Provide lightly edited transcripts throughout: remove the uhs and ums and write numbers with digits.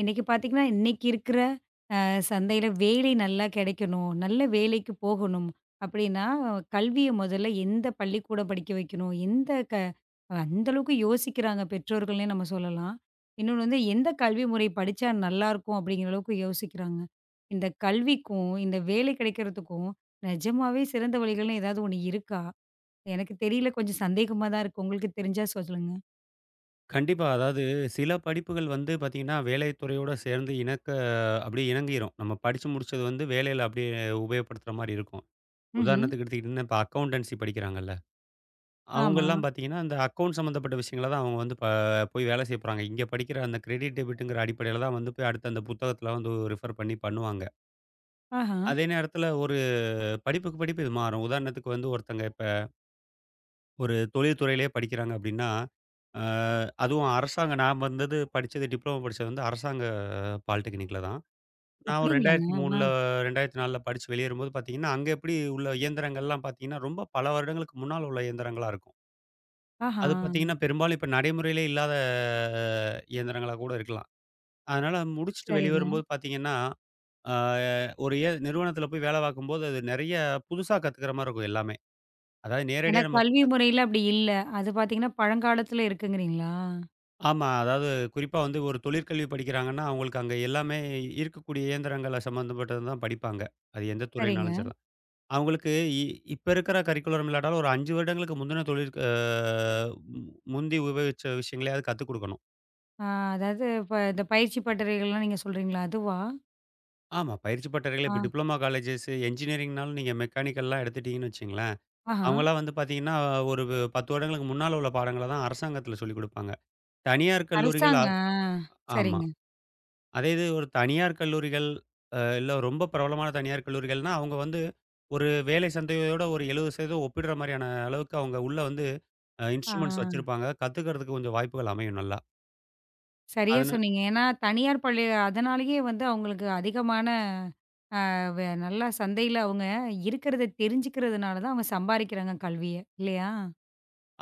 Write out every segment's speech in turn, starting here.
இன்னைக்கு பார்த்தீங்கன்னா, இன்னைக்கு இருக்கிற சந்தையில வேலை நல்லா கிடைக்கணும், நல்ல வேலைக்கு போகணும் அப்படின்னா, கல்விய முதல்ல எந்த பள்ளிக்கூடம் படிக்க வைக்கணும், எந்த க அந்த அளவுக்கு யோசிக்கிறாங்க பெற்றோர்கள்னே நம்ம சொல்லலாம். இன்னொன்னு வந்து எந்த கல்வி முறை படிச்சா நல்லாயிருக்கும் அப்படிங்கிற அளவுக்கு யோசிக்கிறாங்க. இந்த கல்விக்கும், இந்த வேலை கிடைக்கிறதுக்கும் நிஜமாவே சிறந்த வழிகள்னு ஏதாவது ஒண்ணு இருக்கா? எனக்கு தெரியல, கொஞ்சம் சந்தேகமா தான் இருக்கு. உங்களுக்கு தெரிஞ்சா சொல்லுங்க. கண்டிப்பா. அதாவது சில படிப்புகள் வந்து பார்த்தீங்கன்னா, வேலை துறையோட சேர்ந்து அப்படியே இணங்கிரும். நம்ம படிச்சு முடிச்சது வந்து வேலையில அப்படியே உபயோகப்படுத்துற மாரி இருக்கும். ம்ஹ்ம். உதாரணத்துக்கு எடுத்துக்கிட்டீங்கன்னா, இப்ப அக்கவுண்டன்சி படிக்கிறாங்கல்ல, ஆமா. அவங்கலாம் பார்த்தீங்கன்னா, அந்த அக்கவுண்ட் சம்மந்தப்பட்ட விஷயங்கள தான் அவங்க வந்து போய் வேலை செய்ய போறாங்க. இங்க படிக்கிற அந்த கிரெடிட், டெபிட்ங்கிற அடிப்படையில தான் வந்து போய் அடுத்து அந்த புத்தகத்துல வந்து ரெஃபர் பண்ணி பண்ணுவாங்க. ஆஹா. அதே நேரத்துல ஒரு படிப்புக்கு படிப்பு இது மாறும். உதாரணத்துக்கு வந்து ஒருத்தங்க ஒரு தொழில்துறையிலேயே படிக்கிறாங்க அப்படின்னா, அ அதுவும் அரசாங்க நான் வந்தது படிச்சது டிப்ளமோ படிச்சது வந்து அரசாங்க பாலிடெக்னிக்ல தான். நான் ஒரு அப்படிங்களாங்க? ஆ. 2003ல 2004ல படிச்சு வெளியேறும்போது பார்த்தீங்கன்னா, அங்க எப்படி உள்ள இயந்திரங்கள்லாம் பார்த்தீங்கன்னா, ரொம்ப பல வருடங்களுக்கு முன்னால உள்ள இயந்திரங்களா இருக்கும். ஆஹா. அது பார்த்தீங்கன்னா, பெரும்பாலும் இப்ப நடைமுறையிலே இல்லாத இயந்திரங்களா கூட இருக்கலாம். அதனால முடிச்சுட்டு சரிங்க. வெளிவரும்போது பார்த்தீங்கன்னா, அ ஒரு நிறுவனத்தில போய் வேலை பார்க்கும்போது, அது நெறைய புதுசா கத்துக்கிற மாரி இருக்கும் எல்லாமே. அதாவது ஏன்னா நேரடியா நம்ம கல்வி முறையில அப்படி இல்ல. அது பார்த்தீங்கன்னா, பழங்காலத்துல இருக்குங்கிறீங்களா? ஆமா. அதாவது குறிப்பா வந்து ஒரு தொழிற்கல்வி படிக்கிறாங்கன்னா, அவங்களுக்கு அங்க எல்லாமே இருக்கக்கூடிய இயந்திரங்கள சம்மந்தப்பட்டது தான் படிப்பாங்க. அது எந்த சரிங்க. துறைனாலும் சரிதான். அவங்களுக்கு இ இப்ப இருக்கிற கரிக்குலரும் இல்லாட்டாலும் ஒரு 5 வருடங்களுக்கு முந்தின தொழிற் அ முந்தி உபயோகிச்ச விஷயங்களையாவது கத்துக் குடுக்கணும். ஆ அதாவது இப்ப இந்த பயிற்சி பட்டறைகள்லாம் நீங்க சொல்றீங்களா? அதுவா? ஆமா. பயிற்சி பட்டறைகளே ஆ. இப்ப டிப்ளோமா காலேஜஸ் என்ஜினியரிங்னாலும் நீங்க மெக்கானிக்கல்லாம் எடுத்துட்டீங்கன்னு வச்சுக்கங்களேன், ஆஹா. அவங்கலாம் வந்து பார்த்தீங்கன்னா, ஒரு 10 வருடங்களுக்கு முன்னால உள்ள பாடங்கள தான் அரசாங்கத்தில சொல்லிக் குடுப்பாங்க. தனியார் கல்லூரிகள் அரசாங்க. அ ஆ. ஆமா. சரிங்க. அதே இது ஒரு தனியார் கல்லூரிகள், இல்ல ரொம்ப பிரபலமான தனியார் கல்லூரிகள்னா, அவங்க வந்து ஒரு வேலை சந்தையோட ஒரு 70% ஒப்பிடுற மாரியான அளவுக்கு அவங்க உள்ள வந்து ஆ. இன்ஸ்ட்ருமெண்ட்ஸ் வச்சிருப்பாங்க. கத்துக்கிறதுக்கு கொஞ்சம் வாய்ப்புகள் அமையும் நல்லா. சரியா அதனா சொன்னீங்க. ஏன்னா தனியார் பள்ளி அதனாலேயே வந்து அவங்களுக்கு அதிகமான வ நல்லா சந்தையில அவங்க இருக்கிறத தெரிஞ்சுக்கிறதுனால தான் அவங்க சம்பாரிக்கிறாங்க கல்விய. இல்லையா?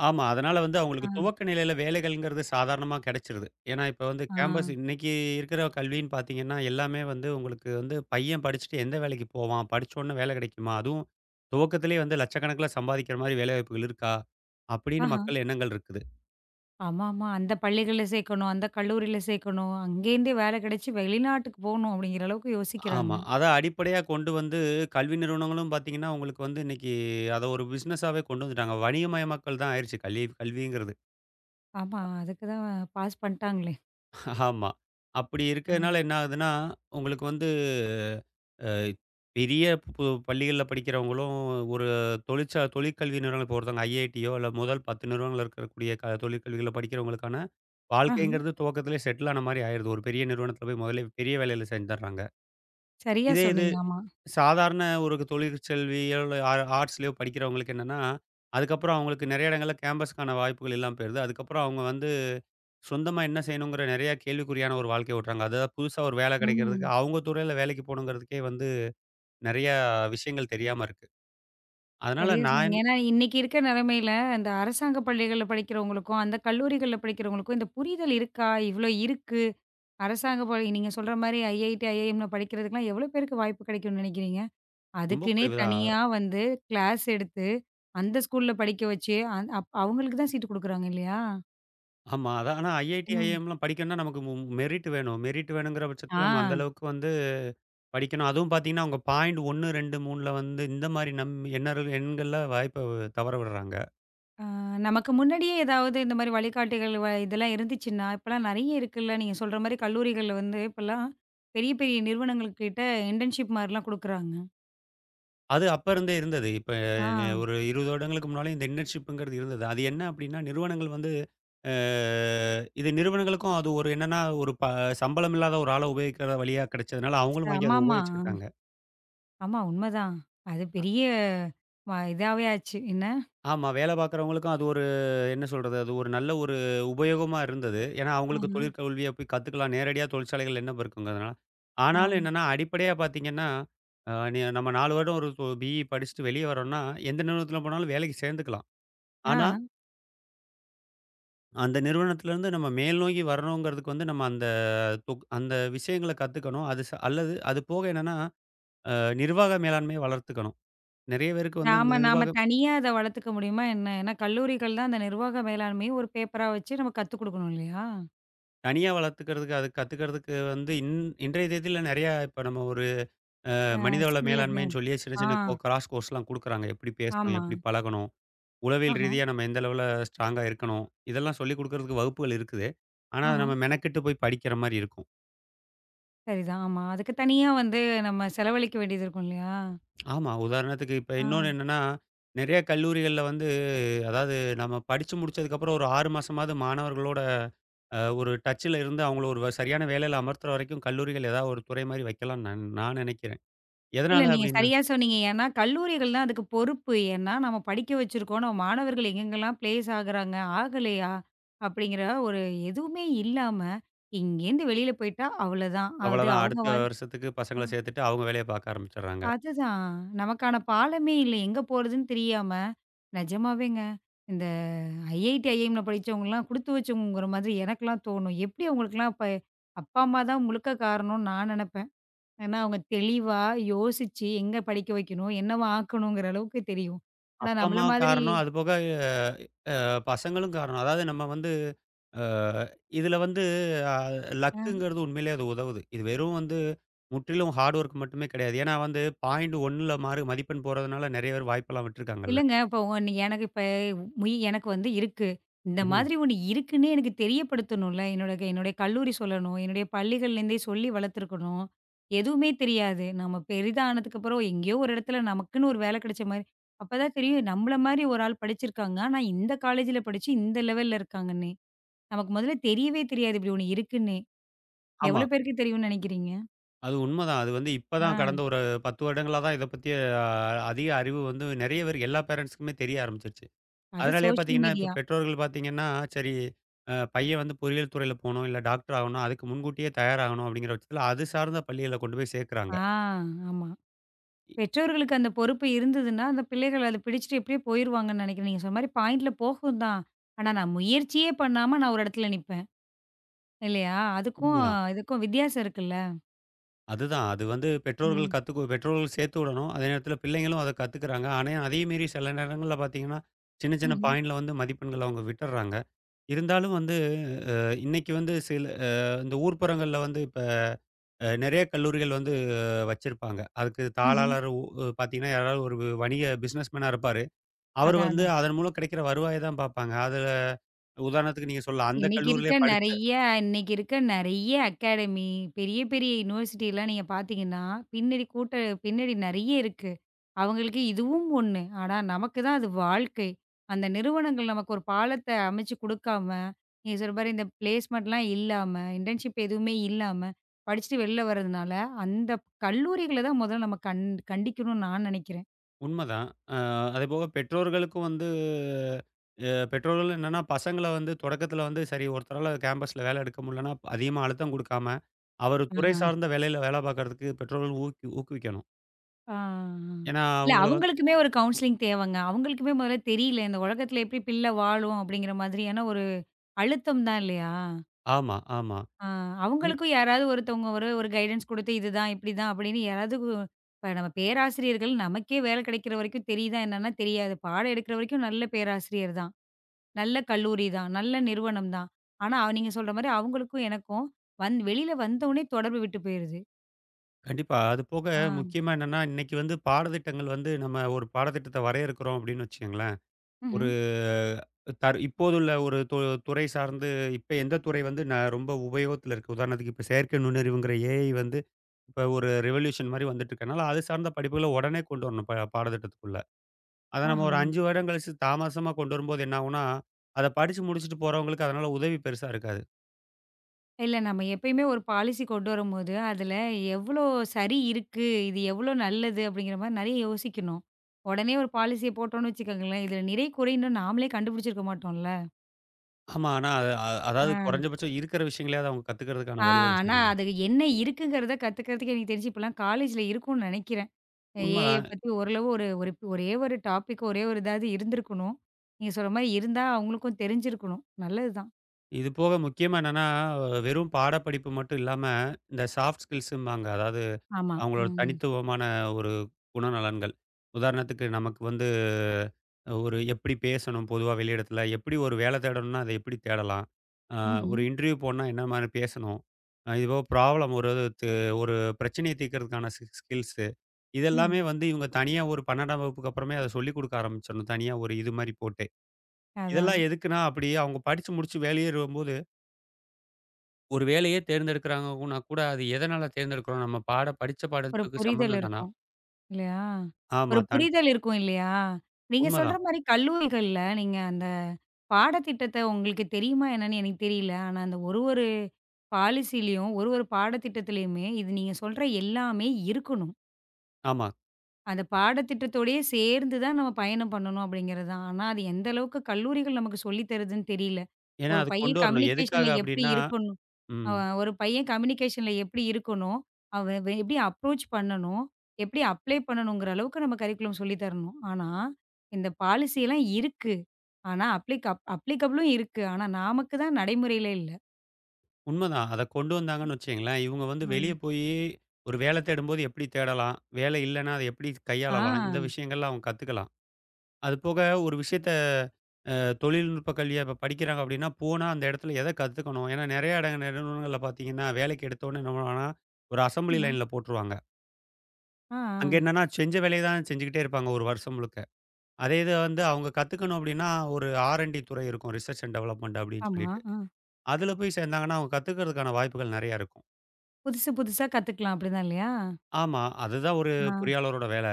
ஆமா. அதனால வந்து அவங்களுக்கு ஆ. துவக்க நிலையில வேலைகள்ங்கிறது சாதாரணமா கிடைச்சிருது. ஏன்னா, இப்ப வந்து ஆ. கேம்பஸ் இன்னைக்கு இருக்கிற கல்வின்னு பார்த்தீங்கன்னா, எல்லாமே வந்து உங்களுக்கு வந்து பையன் படிச்சுட்டு எந்த வேலைக்கு போவான்? படிச்சோனே வேலை கிடைக்குமா? அதுவும் துவக்கத்திலேயே வந்து லட்சக்கணக்கில சம்பாதிக்கிற மாரி வேலைவாய்ப்புகள் இருக்கா? அப்படின்னு ஆஹா. மக்கள் எண்ணங்கள் இருக்குது. ஆமாமா. அந்த பள்ளிகள்ல சேர்க்கணும், அந்த கல்லூரியில சேர்க்கணும், அங்கேருந்தே வேலை கிடைச்சு வெளிநாட்டுக்கு போணும் அப்படிங்கிற அளவுக்கு யோசிக்கிறாங்க. ஆமா. அத அடிப்படையா கொண்டு வந்து கல்வி நிறுவனங்களும் பார்த்தீங்கன்னா, உங்களுக்கு வந்து இன்னைக்கு அத ஒரு பிசினஸாவே கொண்டு வந்துட்டாங்க. வணிகமயமாக்கல் தான் ஆயிருச்சு கல்விங்கிறது. ஆமா, அதுக்கு தான் பாஸ் பண்ணிட்டாங்களே. ஆமா. அப்படி ஆ. இருக்கிறதுனால என்ன ஆகுதுன்னா, உங்களுக்கு வந்து அ பெரிய பள்ளிகள்ல படிக்கிறவங்களும் ஒரு தொழிற்கல்வி நிறுவனம் இப்போ ஒருத்தவங்க ஐஐடியோ இல்ல முதல் 10 நிறுவனங்கள்ல இருக்கக்கூடிய தொழிற்கல்விகள படிக்கிறவங்களுக்கான ஆஹ, வாழ்க்கைங்கிறது துவக்கத்திலேயே செட்டில் ஆன மாரி ஆயிருது. ஒரு பெரிய நிறுவனத்தில போய் முதலே பெரிய வேலையில சேர்ந்துர்றாங்க. சரியா இதே இது சொன்னீங்க. ஆமா. சாதாரண ஒரு தொழிற்செல்வியோ, இல்ல ஆர்ட்ஸ்லயோ படிக்கிறவங்களுக்கு என்னன்னா, அதுக்கப்புறம் அவங்களுக்கு நெறைய இடங்கள்ல கேம்பஸ்க்கான வாய்ப்புகள் இல்லாம போயிருது. அதுக்கப்புறம் அவங்க வந்து சொந்தமா என்ன செய்யணுங்கிற நெறைய கேள்விக்குறியான ஒரு வாழ்க்கைய ஓட்டுறாங்க. அதாவது புதுசா ஒரு வேலை கிடைக்கிறதுக்கு, ம். அவங்க துறையில வேலைக்கு போகணுங்கிறதுக்கே வந்து நெறைய விஷயங்கள் தெரியாம இருக்கு. அதனால சரியா நான் சொன்னீங்க. என் ஏன்னா இன்னைக்கு இருக்க நிலைமையில இந்த அரசாங்க பள்ளிகள்ல படிக்கிறவங்களுக்கும், அந்த கல்லூரிகள்ல படிக்கிறவங்களுக்கும் இந்த புரிதல் இருக்கா? இவ்வளோ இருக்கு. அரசாங்க பள்ளி நீங்க சொல்ற மாரி ஐஐடி, ஐஐஎம்ல படிக்கிறதுக்கெல்லாம் எவ்வளோ பேருக்கு வாய்ப்பு கிடைக்கும்னு நினைக்கிறீங்க? ரொம்ப அதுக்குன்னே குறைவு தான். தனியா வந்து கிளாஸ் எடுத்து, அந்த ஸ்கூல்ல படிக்க வச்சு, அந் அப் அவங்களுக்கு தான் சீட்டு குடுக்குறாங்க இல்லையா? ஆமா. அதான் ஆனா ஐஐடி, ம். ஐஎம்லாம் படிக்கணும்னா நமக்கு மெரிட் வேணும். மெரிட் வேணுங்கிற ஆ. பட்சத்தில நம்ம அந்த அளவுக்கு வந்து படிக்கணும். அதுவும் பார்த்தீங்கன்னா, அவங்க 0.1, 2, 3ல வந்து இந்த மாரி நம் எண்ணர்கள் எண்கள்ல வாய்ப்ப தவற விடுறாங்க. அ நமக்கு முன்னாடியே ஏதாவது இந்த மாரி வழிகாட்டிகள் இதெல்லாம் இருந்துச்சுன்னா, இப்பலாம் நெறைய இருக்குல்ல. நீங்க சொல்ற மாரி கல்லூரிகள்ல வந்து இப்பலாம் பெரிய, பெரிய நிறுவனங்கள் கிட்ட இன்டர்ன்ஷிப் மாரிலாம் குடுக்குறாங்க. அது அப்ப இருந்தே இருந்தது. இப்ப ஆ. ஒரு 20 வருடங்களுக்கு முன்னாலே இந்த இன்டர்ன்ஷிப்ங்கிறது இருந்தது. அது என்ன அப்டின்னா, நிறுவனங்கள் வந்து அ இது நிறுவனங்களுக்கும் அது ஒரு என்னன்னா, ஒரு ப சம்பளம் இல்லாத ஒரு ஆள உபயோகிக்கிற வழியா கிடைச்சதுனால, அவங்களும் வாங்கி அத ஆமாமா. உபயோகிச்சுக்கிட்டாங்க. ஆமா உண்மதான். அது பெரிய இதாவே ஆச்சு. என்ன? ஆமா, வேலை பார்க்குறவங்களுக்கும் அது ஒரு என்ன சொல்றது? அது ஒரு நல்ல ஒரு உபயோகமா இருந்தது. ஏன்னா, ஆஹ. அவங்களுக்கு தொழிற்கல்விய போய் கத்துக்கலாம். நேரடியா தொழிற்சாலைகள்ல என்ன இருக்குங்கிறதுனால. ஆனாலும் ஆ. என்னன்னா, அடிப்படையா பார்த்தீங்கன்னா, அ நீ நம்ம 4 வருடம் ஒரு தொ பிஇ படிச்சுட்டு வெளிய வரோம்னா, எந்த நிறுவனத்தில போனாலும் வேலைக்கு சேர்ந்துக்கலாம். ஆ. ஆனா அந்த நிறுவனத்திலேருந்து நம்ம மேல் நோக்கி வரணுங்கிறதுக்கு வந்து நம்ம அந்த அந்த விஷயங்கள கத்துக்கணும். அது ச அல்லது அது போக என்னன்னா, அ நிர்வாக மேலாண்மைய வளர்த்துக்கணும். நெறைய பேருக்கு வந்து இந்த நாம நாம நிர்வாகம் தனியா அத வளர்த்துக்க முடியுமா என்ன? ஏன்னா கல்லூரிகள் தான் அந்த நிர்வாக மேலாண்மைய ஒரு பேப்பரா வச்சு நம்ம கத்துக் குடுக்கணும் இல்லையா? தனியா வளர்த்துக்கிறதுக்கு, அது கத்துக்கிறதுக்கு வந்து இன்றைய தேதியில நெறையா இப்ப நம்ம ஒரு ஆ, மனிதவள ஸ்கில் அப்படியா? மேலாண்மைன்னு சொல்லி சின்ன ஆ. சின்ன கிராஷ் கோர்ஸ்லாம் குடுக்குறாங்க. எப்படி பேசணும்? ஆமா. எப்படி பழகணும்? உளவியல் ஆஹா, ரீதியா நம்ம எந்த அளவுல ஸ்ட்ராங்கா இருக்கணும்? இதெல்லாம் சொல்லிக் குடுக்குறதுக்கு வகுப்புகள் இருக்குது. ஆனா, அத ஆஹா. நம்ம மெனக்கெட்டு போய் படிக்கிற மாரி இருக்கும். சரிதான். ஆமா. அதுக்கு தனியா வந்து நம்ம செலவழிக்க வேண்டியது இருக்கும் இல்லையா? ஆமா. உதாரணத்துக்கு இப்ப ஆ. இன்னொன்னு என்னன்னா, நெறைய கல்லூரிகள்ல வந்து அதாவது நம்ம படிச்சு முடிச்சதுக்கப்புறம் ஒரு 6 மாசமாவது மாணவர்களோட ஒரு டச்சுல இருந்து அவங்கள சரியான வேலையில அமர்த்துற வரைக்கும் கல்லூரிகள் ஏதாவது ஒரு துறை மாரி வைக்கலாம்னு நான் நான் நினைக்கிறேன். இல்ல எதனால நீங்க அப்டின்னா, சரியா சொன்னீங்க. ஏன்னா கல்லூரிகள் தான் அதுக்கு பொறுப்பு. ஏன்னா நம்ம படிக்க வச்சிருக்கோம். நம்ம மாணவர்கள் எங்கெங்கெல்லாம் பிளேஸ் ஆகுறாங்க, ஆகலையா? அப்படிங்கிற ஒரு எதுவுமே இல்லாம, இங்கேருந்து வெளியில போயிட்டா அவ்வளோதான். அது அவ்வளதான் அவங்க அடுத்த வாழ் வருஷத்துக்கு ஆ. பசங்கள சேர்த்துட்டு அவங்க வேலைய பார்க்க ஆரம்பிச்சுடுறாங்க. அதுதான். நமக்கான பாலமே இல்ல. எங்க போறதுன்னு தெரியாம, நிஜமாவேங்க. இந்த ஐஐடி, ஐஎம்ல படிச்சவங்கலாம் குடுத்து வச்சவங்கங்கிற மாதிரி எனக்கெல்லாம் தோணும். எப்படி அவங்களுக்கெல்லாம் இப்ப அப்பா, அம்மா தான் முழுக்க காரணம்னு நான் நெனப்பேன். ஏன்னா, அவங்க தெளிவா யோசிச்சு எங்க படிக்க வைக்கணும், என்னவா ஆக்கணுங்கிற அளவுக்கு தெரியும். ஆனா அப்பா, நம்மள அம்மா மாதிரி காரணம். அதுபோக பசங்களும் காரணம். அதாவது நம்ம வந்து அ இதுல வந்து அ அ. லக்குங்கிறது உண்மையிலேயே அது உதவுது. இது வெறும் வந்து முற்றிலும் ஹார்ட் ஒர்க் மட்டுமே கிடையாது. ஏன்னா வந்து பாயிண்ட் 1ல மார்க் மதிப்பெண் போறதுனால நெறைய பேர் வாய்ப்பெல்லாம் விட்டுருக்காங்கல்ல. இல்லங்க. இப்போ ஒண்ணு எனக்கு இப்ப எனக்கு வந்து இருக்கு. இந்த ம்ஹ்ம். மாதிரி ஒண்ணு இருக்குன்னே எனக்கு தெரியப்படுத்தணும்ல. என்னுடைய கல்லூரி சொல்லணும். என்னுடைய பள்ளிகள்லேருந்தே சொல்லி வளர்த்துருக்கணும். எதுவுமே தெரியாது. நம்ம பெரிதானதுக்கு அப்புறம் எங்கேயோ ஒரு இடத்துல நமக்குன்னு ஒரு வேலை கிடைச்ச மாரி, அப்பதான் தெரியும் நம்மள மாரி ஒரு ஆள் படிச்சிருக்காங்க. ஆனா இந்த காலேஜ்ல படிச்சு இந்த லெவல்ல இருக்காங்கன்னே. நமக்கு முதல்ல தெரியவே தெரியாது இப்படி ஒண்ணு இருக்குன்னே. ஆமா. எவ்வளோ பேருக்கு தெரியும்னு நினைக்கிறீங்க? அது உண்மதான். அது வந்து இப்ப தான் கடந்த ஆ, ஒரு 10 வருடங்களா தான் இத பத்திய அ அதிக அறிவு வந்து நெறைய பேருக்கு எல்லா பேரண்ட்ஸ்க்குமே தெரிய ஆரம்பிச்சிருச்சு. அது அதனாலேயே சோஷியல் பார்த்தீங்கன்னா, இப்ப மீடியா. பெற்றோர்கள் பார்த்தீங்கன்னா, சரி பையன் வந்து பொறியியல் துறையில போணும், இல்ல டாக்டர் ஆகணும், அதுக்கு முன்கூட்டியே தயாராகணும் அப்படிங்கிற பட்சத்தில அது சார்ந்த பள்ளிகள்ல கொண்டு போய் சேர்க்குறாங்க. ஆ. ஆமா. இ பெற்றோர்களுக்கு அந்த பொறுப்பு இருந்ததுன்னா, அந்த பிள்ளைகள் அத பிடிச்சுட்டு எப்படியோ போயிருவாங்கன்னு நெனைக்கிறேன். நீங்க சொன்ன மாரி பாயிண்ட்ல போகும் தான். ஆனா நான் முயற்சியே பண்ணாம நான் ஒரு இடத்துல நிப்பேன். இல்லையா? அதுக்கும் உண்மதான். இதுக்கும் வித்தியாசம் இருக்குல்ல. அதுதான். அது வந்து ம். பெற்றோர்கள் சேர்த்து விடணும். அதே நேரத்தில பிள்ளைங்களும் அத கத்துக்கிறாங்க. ஆனா, அதே மீறி சில நேரங்கள்ல பார்த்தீங்கன்னா, சின்ன சின்ன ம்ஹ்ம். பாயிண்ட்ல வந்து மதிப்பெண்கள அவங்க விட்டுர்றாங்க. இருந்தாலும் வந்து அ இன்னைக்கு வந்து சில இந்த ஊர்ப்புறங்கள்ல வந்து இப்ப நெறைய கல்லூரிகள் வந்து வச்சிருப்பாங்க. அதுக்கு ம்ஹ்ம். தாளாளர் உ பார்த்தீங்கன்னா, யாராவது ஒரு வணிக பிசினஸ்மேனா இருப்பாரு. அவர் அதான், வந்து அதான். அதன் மூலம் கிடைக்கிற வருவாய தான் பார்ப்பாங்க. அதுல உதாரணத்துக்கு நீங்க சொல்லலாம். அந்த இன்னைக்கு இருக்க கல்லூரியிலே படிச்ச நெறைய இன்னைக்கு இருக்க நெறைய அகாடமி, பெரிய பெரிய யுனிவர்சிட்டிலாம் நீங்க பார்த்தீங்கன்னா, பின்னாடி கூட்ட பின்னாடி நெறைய இருக்கு. அவங்களுக்கு இதுவும் ஒண்ணு. ஆனா, நமக்கு தான் அது வாழ்க்கை. அந்த நிறுவனங்கள் நமக்கு ஒரு பாலத்த அமைச்சு குடுக்காம, நீங்க சொல்ற மாரி இந்த பிளேஸ்மெண்ட்லாம் இல்லாம, இன்டர்ன்ஷிப் எதுவுமே இல்லாம, படிச்சுட்டு வெளில வர்றதுனால, அந்த கல்லூரிகள தான் முதல்ல நம்ம கண்டிக்கணும்னு நான் நெனைக்கிறேன். உண்மதான். அ அதேபோக பெற்றோர்களுக்கும் வந்து பெற்றோர்கள் என்னன்னா, பசங்கள வந்து தொடக்கத்தில வந்து சரி ஒருத்தரால கேம்பஸ்ல வேலை எடுக்க முடியலன்னா, அதிகமா அழுத்தம் குடுக்காம, அவர் துறை ஆஹா. சார்ந்த வேலையில வேலை பார்க்கறதுக்கு பெற்றோர்கள் ஊக்குவிக்கணும். ஆ. ஏன்னா, இல்ல அவங்கள வந்து அவங்களுக்குமே ஒரு கவுன்சிலிங் தேவங்க. அவங்களுக்குமே முதல்ல தெரியல. இந்த உலகத்தில எப்படி பிள்ளை வாழும் அப்படிங்கிற மாதிரியான ஒரு அழுத்தம் தான் இல்லையா? ஆமா, ஆமா. ஆ, இன் அவங்களுக்கும் யாராவது ஒருத்தவங்க ஒரு ஒரு கைடன்ஸ் குடுத்து, இதுதான், இப்படிதான் அப்படின்னு யாராவது கு இப்ப நம்ம பேராசிரியர்கள் நமக்கே வேலை கிடைக்கிற வரைக்கும் தெரியுதா என்னன்னா தெரியாது. பாடம் எடுக்கிற வரைக்கும் நல்ல பேராசிரியர் தான். நல்ல கல்லூரி தான். நல்ல நிறுவனம் தான். ஆனா, நீங்க சொல்ற மாரி அவங்களுக்கும் எனக்கும் வெளியில வந்தவுனே தொடர்பு விட்டு போயிருது. கண்டிப்பா. அதுபோக ஆ. முக்கியமா என்னன்னா, இன்னைக்கு வந்து பாடத்திட்டங்கள் வந்து நம்ம ஒரு பாடத்திட்டத்த வரையறுக்கிறோம் அப்படின்னு வச்சுக்கங்களேன் ம்ஹ்ம். ஒரு இப்போதுள்ள ஒரு து துறை சார்ந்து இப்ப எந்த துறை வந்து நான் ரொம்ப உபயோகத்துல இருக்கு. உதாரணத்துக்கு இப்ப செயற்கை நுண்ணறிவுங்கிற ஏஐ வந்து, இப்ப ஒரு ரெவல்யூஷன் மாரி வந்துட்டு இருக்கனால, அது சார்ந்த படிப்புகள உடனே கொண்டு வரணும் பாடத்திட்டத்துக்குள்ள. அத ஆஹ. நம்ம ஒரு 5 வருடம் கழிச்சு தாமசமா கொண்டு வரும்போது என்ன ஆகும்னா, அத படிச்சு முடிச்சுட்டு போறவங்களுக்கு அதனால உதவி பெருசா இருக்காது. இல்ல நம்ம எப்பயுமே ஒரு பாலிசி கொண்டு வரும்போது, அதுல எவ்ளோ சரி இருக்கு? இது எவ்ளோ நல்லது? அப்படிங்கிற மாரி நெறைய யோசிக்கணும். உடனே ஒரு பாலிசிய போட்டோம்னு வச்சுக்கோங்களேன், இதுல நிறை, குறைன்னு நாமளே கண்டுபிடிச்சிருக்க மாட்டோம்ல. ஆமா. ஆனா, அது- அ அதாவது ஆ. குறைஞ்சபட்சம் இருக்கிற விஷயங்களையாவது அவங்க ஆ கத்துக்கிறதுக்கான வழிவகை ஆனா செய்யுங்க. அது என்ன இருக்குங்கிறத கத்துக்கிறதுக்கு எனக்கு தெரிஞ்சு இப்பலாம் காலேஜ்ல இருக்கும்னு நெனைக்கிறேன். ஏஐ உண்மதான். பத்தி ஓரளவு ஒரு ஒரு ஒரே ஒரு டாபிக் ஒரே ஒரு இதாவது இருந்திருக்கணும். நீங்க சொல்ற மாரி இருந்தா அவங்களுக்கும் தெரிஞ்சிருக்கணும். நல்லதுதான். இது போக முக்கியமா என்னன்னா, வெறும் பாடப்படிப்பு மட்டும் இல்லாம, இந்த சாஃப்ட் ஸ்கில்ஸும்பாங்க. அதாவது ஆமா. அவங்களோட ம். தனித்துவமான ஒரு குணநலன்கள். உதாரணத்துக்கு நமக்கு வந்து ஒரு எப்படி பேசணும் பொதுவா வெளியிடத்துல, எப்படி ஒரு வேலை தேடணும்னா அதை எப்படி தேடலாம்? அ ம்ஹ்ம். ஒரு இன்டர்வியூ போணும்னா என்ன மாரி பேசணும்? இதுபோக ப்ராப்ளம் ஒரு து ஒரு பிரச்சனைய தீர்க்கிறதுக்கான ஸ்கில்ஸு. இதெல்லாமே ம். வந்து இவங்க தனியா ஒரு 12ஆம் வகுப்புக்கு அப்புறமே அத சொல்லிக் குடுக்க ஆரம்பிச்சிடணும். தனியா ஒரு இது மாரி போட்டு. அதான். இதெல்லாம் எதுக்குன்னா, அப்படி அவங்க படிச்சு முடிச்சு வெளியேறும்போது ஒரு வேலையே தேர்ந்தெடுக்கிறாங்கன்னா கூட, அது எதனால தேர்ந்தெடுக்கிறோம்? நம்ம பாட படிச்ச ஒரு பாடத்துக்கு புரிதல் சம்மந்தம் தானா? இருக்கும். இல்லையா? ஒரு ஆமா. தன் புரிதல் இருக்கும் இல்லையா? நீங்க சொல்ற உண்மதான். மாரி கல்லூரிகள்ல நீங்க அந்த பாடத்திட்டத்த உங்களுக்கு தெரியுமா என்னன்னு எனக்கு தெரியல. ஆனா அந்த ஒரு ஒரு பாலிசிலயும், ஒரு ஒரு பாடத்திட்டத்திலயுமே இது நீங்க சொல்ற எல்லாமே இருக்கணும். ஆமா. அந்த பாடத்திட்டத்தோடயே சேர்ந்து தான் நம்ம பயணம் பண்ணணும் அப்படிங்கிறது தான். ஆனா அது எந்த அளவுக்கு கல்லூரிகள் நமக்கு சொல்லி தருதுன்னு தெரியல. ஏன்னா ஒரு அது பையன் கொண்டு வரணும். கம்யூனிகேஷன்ல எதுக்காக எப்படி அப்டின்னா இருக்கணும்? ம். அவன் ஒரு பையன் கம்யூனிகேஷன்ல எப்படி இருக்கணும்? அவன் வெ எப்படி அப்ரோச் பண்ணணும்? எப்படி அப்ளை பண்ணணுங்கிற அளவுக்கு நம்ம கரிக்குலம் சொல்லி தரணும். ஆனா, இந்த பாலிசி எல்லாம் இருக்கு. ஆனா அப்ளிக் அப் அப்ளிகபிளும் இருக்கு. ஆனா நமக்கு தான் நடைமுறையில இல்ல. உண்மதான். அத கொண்டு வந்தாங்கன்னு வச்சுக்கங்களேன், இவங்க வந்து வெளிய ம். போயி ஒரு வேல தேடும்போது எப்படி தேடலாம்? வேலை இல்லன்னா அத எப்படி ஆ. கையாளலாம்? இந்த விஷயங்கள்லாம் அவங்க கத்துக்கலாம். அது போக ஒரு விஷயத்த அ தொழில்நுட்ப கல்வியா இப்ப படிக்கிறாங்க அப்டின்னா, போனா அந்த இடத்துல எத கத்துக்கணும்? ஏன்னா நெறைய நிறுவனங்கள்ல பார்த்தீங்கன்னா, வேலைக்கு எடுத்தோனே என்ன பண்ணுவாங்கன்னா, ஒரு அசெம்பிளி ஆ. லைன்ல போட்டுருவாங்க. ஆ. ஆ. அங்க என்னன்னா, செஞ்ச வேலைய தான் செஞ்சுகிட்டே இருப்பாங்க 1 வருஷம் முழுக்க. அதே இத வந்து அவங்க கத்துக்கணும் அப்டின்னா, ஒரு R&D துறை இருக்கும். ரிசர்ச் அண்ட் டெவலப்மென்ட் அப்டின்னு ஆமா. சொல்லிட்டு. ஆ. அதுல போய் சேர்ந்தாங்கன்னா, அவங்க கத்துக்கிறதுக்கான வாய்ப்புகள் நெறைய இருக்கும். புதுசு புதுசா கத்துக்கலாம் அப்படிதான் இல்லையா? ஆமா, அதுதான் ஒரு ஆ. பொறியாளரோட வேல.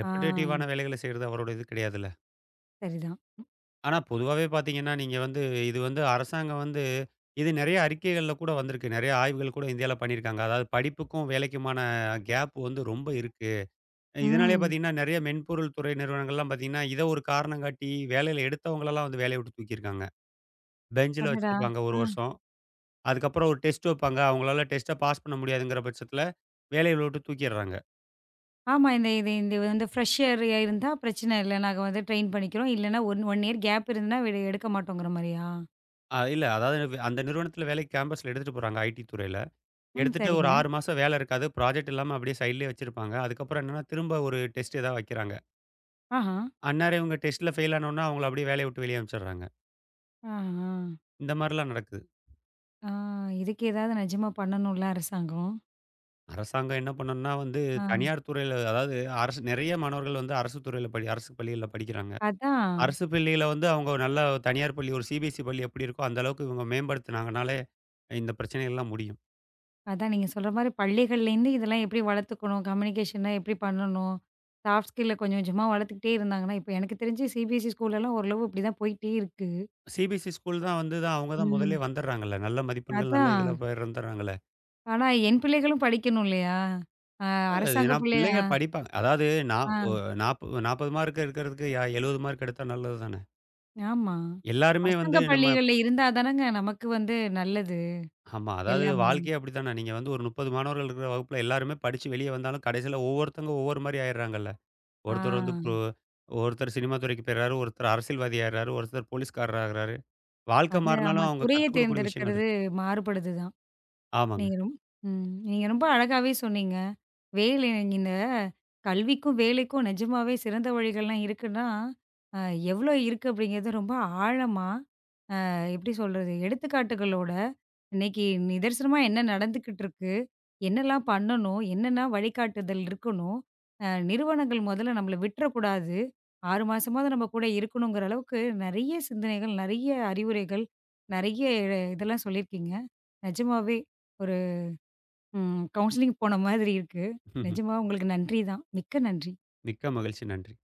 ஆ. ரெப்பிடேட்டிவான வேலைகள செய்றது அவரோட இது கிடையாதுல்ல. சரிதான். ஆனா பொதுவாவே பார்த்தீங்கன்னா, நீங்க வந்து இது வந்து அரசாங்கம் வந்து இது நெறைய அறிக்கைகள்ல கூட வந்திருக்கு. நெறைய ஆய்வுகள் கூட இந்தியால பண்ணியிருக்காங்க. அதாவது படிப்புக்கும் வேலைக்குமான கேப் வந்து ரொம்ப இருக்கு. இதனாலேயே ம். பார்த்தீங்கன்னா, நெறைய மென்பொருள் துறை நிறுவனங்கள்லாம் பார்த்தீங்கன்னா, இத ஒரு காரணம் காட்டி வேலையில எடுத்தவங்களலாம் வந்து வேலைய விட்டு தூக்கியிருக்காங்க. பெஞ்சுல அடடா! வச்சிருப்பாங்க 1 ஆ. வருஷம். அதுக்கப்புறம் ஒரு டெஸ்ட் வைப்பாங்க. அவங்களால டெஸ்ட்ட பாஸ் பண்ண முடியாதுங்கிற பட்சத்தில வேலைய விட்டு தூக்கிர்றாங்க. ஆமா. இந்த இது இந்த வந்து ஃப்ரெஷ் ஏரியா இருந்தா பிரச்சனை இல்ல. நாங்க வந்து ட்ரெயின் பண்ணிக்கிறோம். இல்லன்னா 1 இயர் கேப் இருந்தா விடு எடுக்க மாட்டோங்கிற மாரியா? இல்ல அதாவது அந்த நிறுவனத்தில வேலைக்கு கேம்பஸ்ல எடுத்துட்டு போறாங்க ஐடி துறையில. ம். எடுத்துட்டு ஒரு சரிங்க. 6 மாசம் வேலை இருக்காது. ப்ராஜெக்ட் இல்லாம அப்படியே சைட்லயே வச்சிருப்பாங்க. அதுக்கப்புறம் என்னன்னா திரும்ப ஒரு டெஸ்ட் ஏதாவது வைக்கிறாங்க. ஆஹா. அந்நேரம் இவங்க டெஸ்ட்ல ஃபெயில் ஆனோனே அவங்கள அப்படியே வேலைய விட்டு வெளிய அனுப்பிச்சுடுறாங்க. ஆஹா. இந்த மாரிலாம் நடக்குது. ஆ இதுக்கு ஏதாவது நிஜமா பண்ணணும்ல அரசாங்கம். அரசாங்கம் என்ன பண்ணணும்னா வந்து, ஆ. தனியார் துறையில அதாவது அரசு நெறைய மாணவர்கள் வந்து அரசு பள்ளிகள்ல படிக்கிறாங்க. அதான். அரசு பள்ளியில வந்து அவங்க நல்ல தனியார் பள்ளி ஒரு சிபிஎஸ்இ பள்ளி எப்படி இருக்கோ, அந்த அளவுக்கு இவங்க மேம்படுத்துனாங்கனாலே, இந்த பிரச்சனைகள்லாம் முடியும். அதான் நீங்க சொல்ற மாரி பள்ளிகள்லேருந்து இதெல்லாம் எப்படி வளர்த்துக்கணும்? கம்யூனிகேஷன எப்படி பண்ணணும்? சாஃப்ட் ஸ்கில்ல கொஞ்சம் கொஞ்சமா வளர்த்துக்கிட்டே இருந்தாங்கன்னா, இப்போ எனக்கு தெரிஞ்சு சிபிஎஸ்இ ஸ்கூல்லலாம் ஓரளவு இப்படிதான் போயிட்டே இருக்கு. சிபிஎஸ்இ ஸ்கூல் தான் வந்து தான் அவங்க தான் ம். முதல்லயே வந்துடுறாங்கல்ல. நல்ல மதிப்பெண்கள் நல்ல இதில அதான். பிறந்துடுறாங்கல்ல. ஆனா என் பிள்ளைகளும் படிக்கணும் இல்லையா? அ அ அரசாங்க ஏன்னா பிள்ளை ஆ. பிள்ளைங்க படிப்பாங்க. அதாவது நான் ஒ ஆ. நாப்ப 40 மார்க் எடுக்கிறதுக்கு 70 மார்க் எடுத்தா நல்லது தானே. ஆமா. எல்லாருமே அரசாங்க வந்து நம்ம பள்ளிகள்ல இருந்தா தானங்க நமக்கு வந்து நல்லது ஆமா. அதாவது எல்லாமே. வாழ்க்கையே அப்படித்தானே. நீங்க வந்து ஒரு 30 மாணவர்கள் இருக்கிற வகுப்புல எல்லாருமே படிச்சு வெளிய வந்தாலும் கடைசியில ஒவ்வொருத்தங்க ஒவ்வொரு மாரி ஆயிடுறாங்கல்ல. ஆ, ஒருத்தர் வந்து பு ஒருத்தர் சினிமா துறைக்கு போயிடுறாரு, ஒருத்தர் அரசியல்வாதி ஆயிடுறாரு, ஒருத்தர் போலீஸ்காரர் ஆகுறாரு. வாழ்க்கை அது ஆமா. மாறினாலும் அவங்க துறைய கத்துக் கொடுக்கக்கூடிய விஷயங்கள் தேர்ந்தெடுக்கிறது இருக்கு. மாறுபடுது தான். ஆமாங்க. நீங்க ரொம் ம். நீங்க ரொம்ப அழகாவே சொன்னீங்க. வேலை இந்த கல்விக்கும், வேலைக்கும் நிஜமாவே சிறந்த வழிகள்லாம் இருக்குன்னா, அ எவ்ளோ இருக்கு அப்படிங்கிறது ரொம்ப ஆழமா, எப்படி சொல்றது? எடுத்துக்காட்டுகளோட இன்னைக்கு நிதர்சனமா என்ன நடந்துக்கிட்டு இருக்கு? என்னலாம் பண்ணணும்? என்னென்ன வழிகாட்டுதல் இருக்கணும்? நிறுவனங்கள் முதல்ல நம்மள விட்டுறக்கூடாது. 6 மாசமாவது நம்ம கூட இருக்கணுங்கிற அளவுக்கு நெறைய சிந்தனைகள், நெறைய அறிவுரைகள், நெறைய இதெல்லாம் சொல்லியிருக்கீங்க. நிஜமாவே ஒரு கவுன்சிலிங் போன மாதிரி இருக்கு. நிஜமா உங்களுக்கு நன்றி தான். மிக்க நன்றி. மிக்க மகிழ்ச்சி. நன்றி.